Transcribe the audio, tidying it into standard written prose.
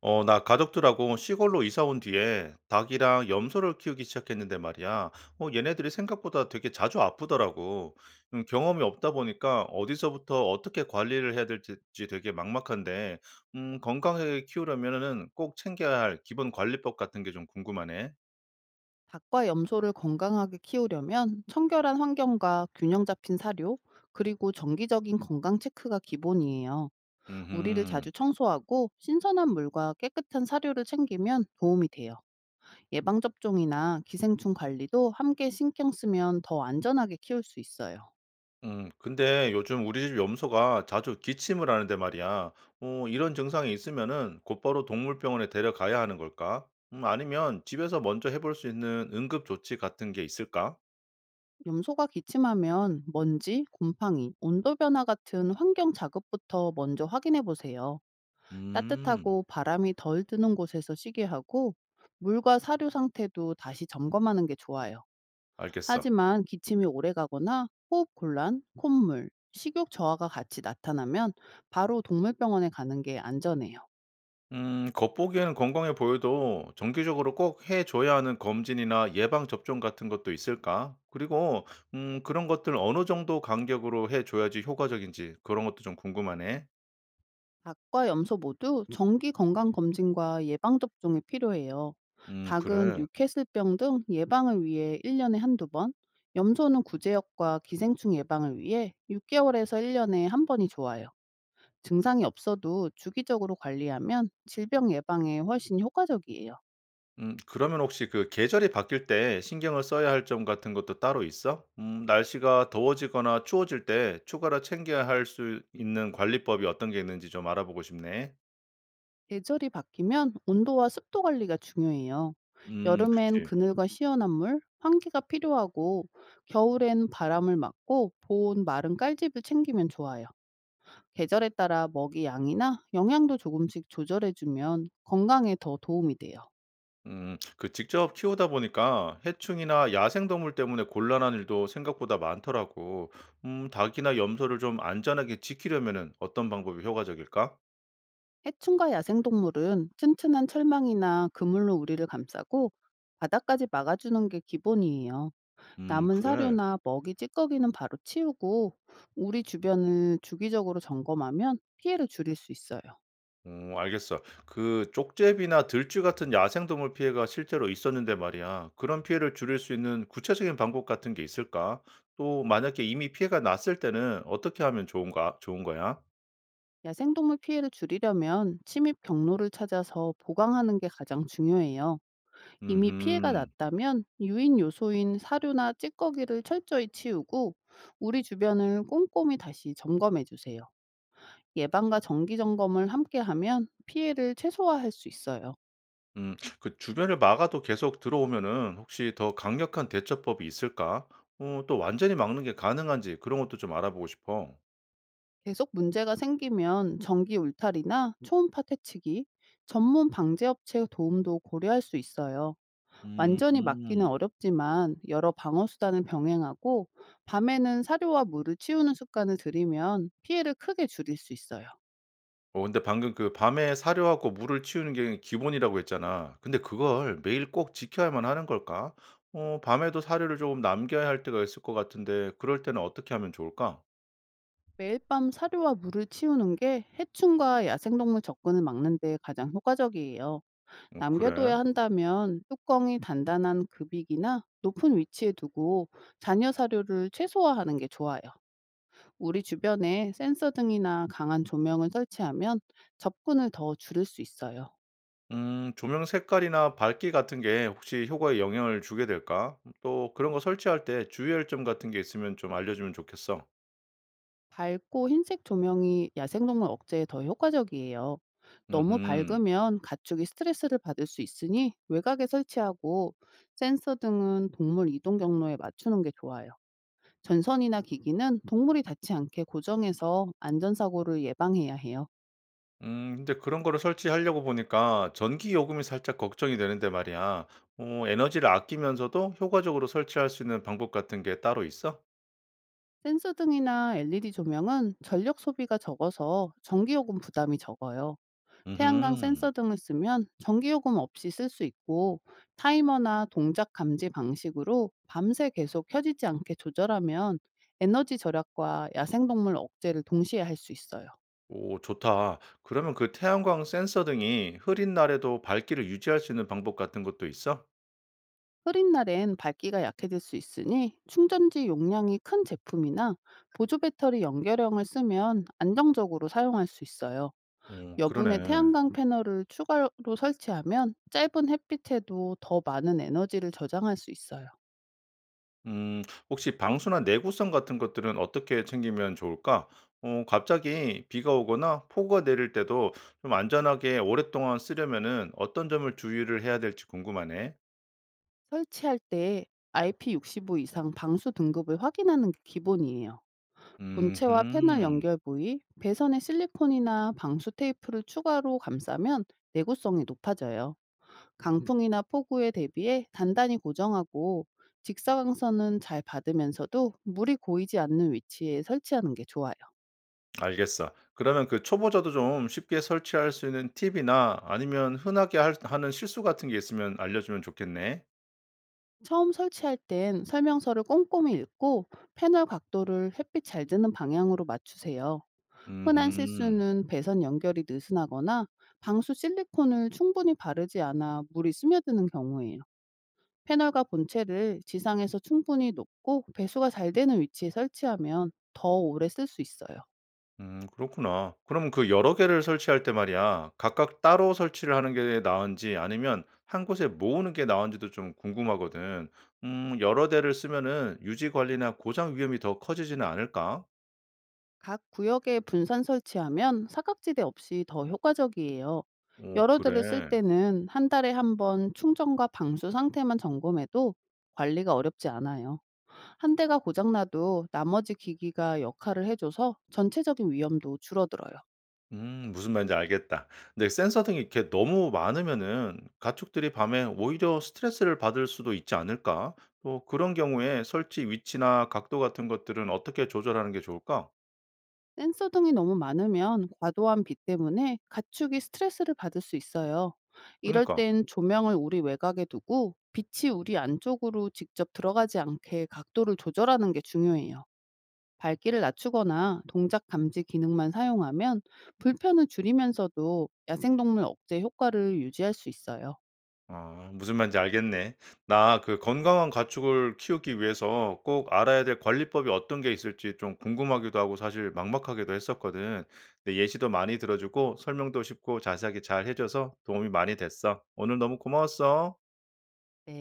나 가족들하고 시골로 이사 온 뒤에 닭이랑 염소를 키우기 시작했는데 말이야. 얘네들이 생각보다 되게 자주 아프더라고. 경험이 없다 보니까 어디서부터 어떻게 관리를 해야 될지 되게 막막한데, 건강하게 키우려면은 꼭 챙겨야 할 기본 관리법 같은 게 좀 궁금하네. 닭과 염소를 건강하게 키우려면 청결한 환경과 균형 잡힌 사료, 그리고 정기적인 건강 체크가 기본이에요. 우리를 음 자주 청소하고 신선한 물과 깨끗한 사료를 챙기면 도움이 돼요. 예방접종이나 기생충 관리도 함께 신경 쓰면 더 안전하게 키울 수 있어요. 근데 요즘 우리 집 염소가 자주 기침을 하는데 말이야. 이런 증상이 있으면은 곧바로 동물병원에 데려가야 하는 걸까? 아니면 집에서 먼저 해볼 수 있는 응급 조치 같은 게 있을까? 염소가 기침하면 먼지, 곰팡이, 온도 변화 같은 환경 자극부터 먼저 확인해 보세요. 음, 따뜻하고 바람이 덜 드는 곳에서 쉬게 하고 물과 사료 상태도 다시 점검하는 게 좋아요. 알겠어. 하지만 기침이 오래 가거나 호흡 곤란, 콧물, 식욕 저하가 같이 나타나면 바로 동물병원에 가는 게 안전해요. 겉보기에는 건강해 보여도 정기적으로 꼭 해줘야 하는 검진이나 예방접종 같은 것도 있을까? 그리고, 그런 것들 어느 정도 간격으로 해줘야지 효과적인지 그런 것도 좀 궁금하네. 닭과 염소 모두 정기 건강 검진과 예방 접종이 필요해요. 닭은 그래. 뉴캐슬병 등 예방을 위해 1년에 한두 번, 염소는 구제역과 기생충 예방을 위해 6개월에서 1년에 한 번이 좋아요. 증상이 없어도 주기적으로 관리하면 질병 예방에 훨씬 효과적이에요. 그러면 혹시 그 계절이 바뀔 때 신경을 써야 할 점 같은 것도 따로 있어? 날씨가 더워지거나 추워질 때 추가로 챙겨야 할 수 있는 관리법이 어떤 게 있는지 좀 알아보고 싶네. 계절이 바뀌면 온도와 습도 관리가 중요해요. 여름엔 그치. 그늘과 시원한 물, 환기가 필요하고 겨울엔 바람을 맞고 보온 마른 깔집을 챙기면 좋아요. 계절에 따라 먹이 양이나 영양도 조금씩 조절해주면 건강에 더 도움이 돼요. 그 직접 키우다 보니까 해충이나 야생동물 때문에 곤란한 일도 생각보다 많더라고. 닭이나 염소를 좀 안전하게 지키려면은 어떤 방법이 효과적일까? 해충과 야생동물은 튼튼한 철망이나 그물로 우리를 감싸고 바닥까지 막아주는 게 기본이에요. 남은 그래. 사료나 먹이 찌꺼기는 바로 치우고 우리 주변을 주기적으로 점검하면 피해를 줄일 수 있어요. 알겠어. 그 쪽제비나 들쥐 같은 야생동물 피해가 실제로 있었는데 말이야. 그런 피해를 줄일 수 있는 구체적인 방법 같은 게 있을까? 또 만약에 이미 피해가 났을 때는 어떻게 하면 좋은 거야? 야생동물 피해를 줄이려면 침입 경로를 찾아서 보강하는 게 가장 중요해요. 이미 피해가 음 났다면 유인 요소인 사료나 찌꺼기를 철저히 치우고 우리 주변을 꼼꼼히 다시 점검해 주세요. 예방과 정기 점검을 함께 하면 피해를 최소화할 수 있어요. 그 주변을 막아도 계속 들어오면은 혹시 더 강력한 대처법이 있을까? 또 완전히 막는 게 가능한지 그런 것도 좀 알아보고 싶어. 계속 문제가 생기면 전기 울타리나 초음파 퇴치기, 전문 방제 업체의 도움도 고려할 수 있어요. 완전히 막기는 음 어렵지만 여러 방어 수단을 병행하고 밤에는 사료와 물을 치우는 습관을 들이면 피해를 크게 줄일 수 있어요. 근데 방금 그 밤에 사료하고 물을 치우는 게 기본이라고 했잖아. 근데 그걸 매일 꼭 지켜야만 하는 걸까? 밤에도 사료를 조금 남겨야 할 때가 있을 것 같은데 그럴 때는 어떻게 하면 좋을까? 매일 밤 사료와 물을 치우는 게 해충과 야생동물 접근을 막는 데 가장 효과적이에요. 그래? 남겨둬야 한다면 뚜껑이 단단한 급이기나 높은 위치에 두고 잔여 사료를 최소화하는 게 좋아요. 우리 주변에 센서 등이나 강한 조명을 설치하면 접근을 더 줄일 수 있어요. 조명 색깔이나 밝기 같은 게 혹시 효과에 영향을 주게 될까? 또 그런 거 설치할 때 주의할 점 같은 게 있으면 좀 알려주면 좋겠어. 밝고 흰색 조명이 야생동물 억제에 더 효과적이에요. 너무 음 밝으면 가축이 스트레스를 받을 수 있으니 외곽에 설치하고 센서 등은 동물 이동 경로에 맞추는 게 좋아요. 전선이나 기기는 동물이 닿지 않게 고정해서 안전사고를 예방해야 해요. 근데 그런 거를 설치하려고 보니까 전기 요금이 살짝 걱정이 되는데 말이야. 에너지를 아끼면서도 효과적으로 설치할 수 있는 방법 같은 게 따로 있어? 센서 등이나 LED 조명은 전력 소비가 적어서 전기요금 부담이 적어요. 태양광 음흠. 센서 등을 쓰면 전기요금 없이 쓸 수 있고 타이머나 동작 감지 방식으로 밤새 계속 켜지지 않게 조절하면 에너지 절약과 야생동물 억제를 동시에 할 수 있어요. 오 좋다. 그러면 그 태양광 센서 등이 흐린 날에도 밝기를 유지할 수 있는 방법 같은 것도 있어? 흐린 날엔 밝기가 약해질 수 있으니 충전지 용량이 큰 제품이나 보조 배터리 연결형을 쓰면 안정적으로 사용할 수 있어요. 여분의 그러네. 태양광 패널을 추가로 설치하면 짧은 햇빛에도 더 많은 에너지를 저장할 수 있어요. 음. 혹시 방수나 내구성 같은 것들은 어떻게 챙기면 좋을까? 갑자기 비가 오거나 폭우가 내릴 때도 좀 안전하게 오랫동안 쓰려면은 어떤 점을 주의를 해야 될지 궁금하네. 설치할 때 IP65 이상 방수 등급을 확인하는 게 기본이에요. 본체와 패널 음 연결 부위, 배선에 실리콘이나 방수 테이프를 추가로 감싸면 내구성이 높아져요. 강풍이나 폭우에 대비해 단단히 고정하고 직사광선은 잘 받으면서도 물이 고이지 않는 위치에 설치하는 게 좋아요. 알겠어. 그러면 그 초보자도 좀 쉽게 설치할 수 있는 팁이나 아니면 흔하게 할 하는 실수 같은 게 있으면 알려주면 좋겠네. 처음 설치할 땐 설명서를 꼼꼼히 읽고 패널 각도를 햇빛 잘 드는 방향으로 맞추세요. 흔한 음 실수는 배선 연결이 느슨하거나 방수 실리콘을 충분히 바르지 않아 물이 스며드는 경우예요. 패널과 본체를 지상에서 충분히 높고 배수가 잘 되는 위치에 설치하면 더 오래 쓸 수 있어요. 그렇구나. 그럼 그 여러 개를 설치할 때 말이야. 각각 따로 설치를 하는 게 나은지 아니면 한 곳에 모으는 게 나은지도 좀 궁금하거든. 여러 대를 쓰면은 유지 관리나 고장 위험이 더 커지지는 않을까? 각 구역에 분산 설치하면 사각지대 없이 더 효과적이에요. 오, 여러 대를 쓸 그래. 때는 한 달에 한 번 충전과 방수 상태만 점검해도 관리가 어렵지 않아요. 한 대가 고장나도 나머지 기기가 역할을 해줘서 전체적인 위험도 줄어들어요. 무슨 말인지 알겠다. 근데 센서 등이 이렇게 너무 많으면은 가축들이 밤에 오히려 스트레스를 받을 수도 있지 않을까? 또 그런 경우에 설치 위치나 각도 같은 것들은 어떻게 조절하는 게 좋을까? 센서 등이 너무 많으면 과도한 빛 때문에 가축이 스트레스를 받을 수 있어요. 이럴 그니까. 땐 조명을 우리 외곽에 두고 빛이 우리 안쪽으로 직접 들어가지 않게 각도를 조절하는 게 중요해요. 밝기를 낮추거나 동작 감지 기능만 사용하면 불편을 줄이면서도 야생동물 억제 효과를 유지할 수 있어요. 아 무슨 말인지 알겠네. 나 그 건강한 가축을 키우기 위해서 꼭 알아야 될 관리법이 어떤 게 있을지 좀 궁금하기도 하고 사실 막막하기도 했었거든. 근데 예시도 많이 들어주고 설명도 쉽고 자세하게 잘 해줘서 도움이 많이 됐어. 오늘 너무 고마웠어. 네.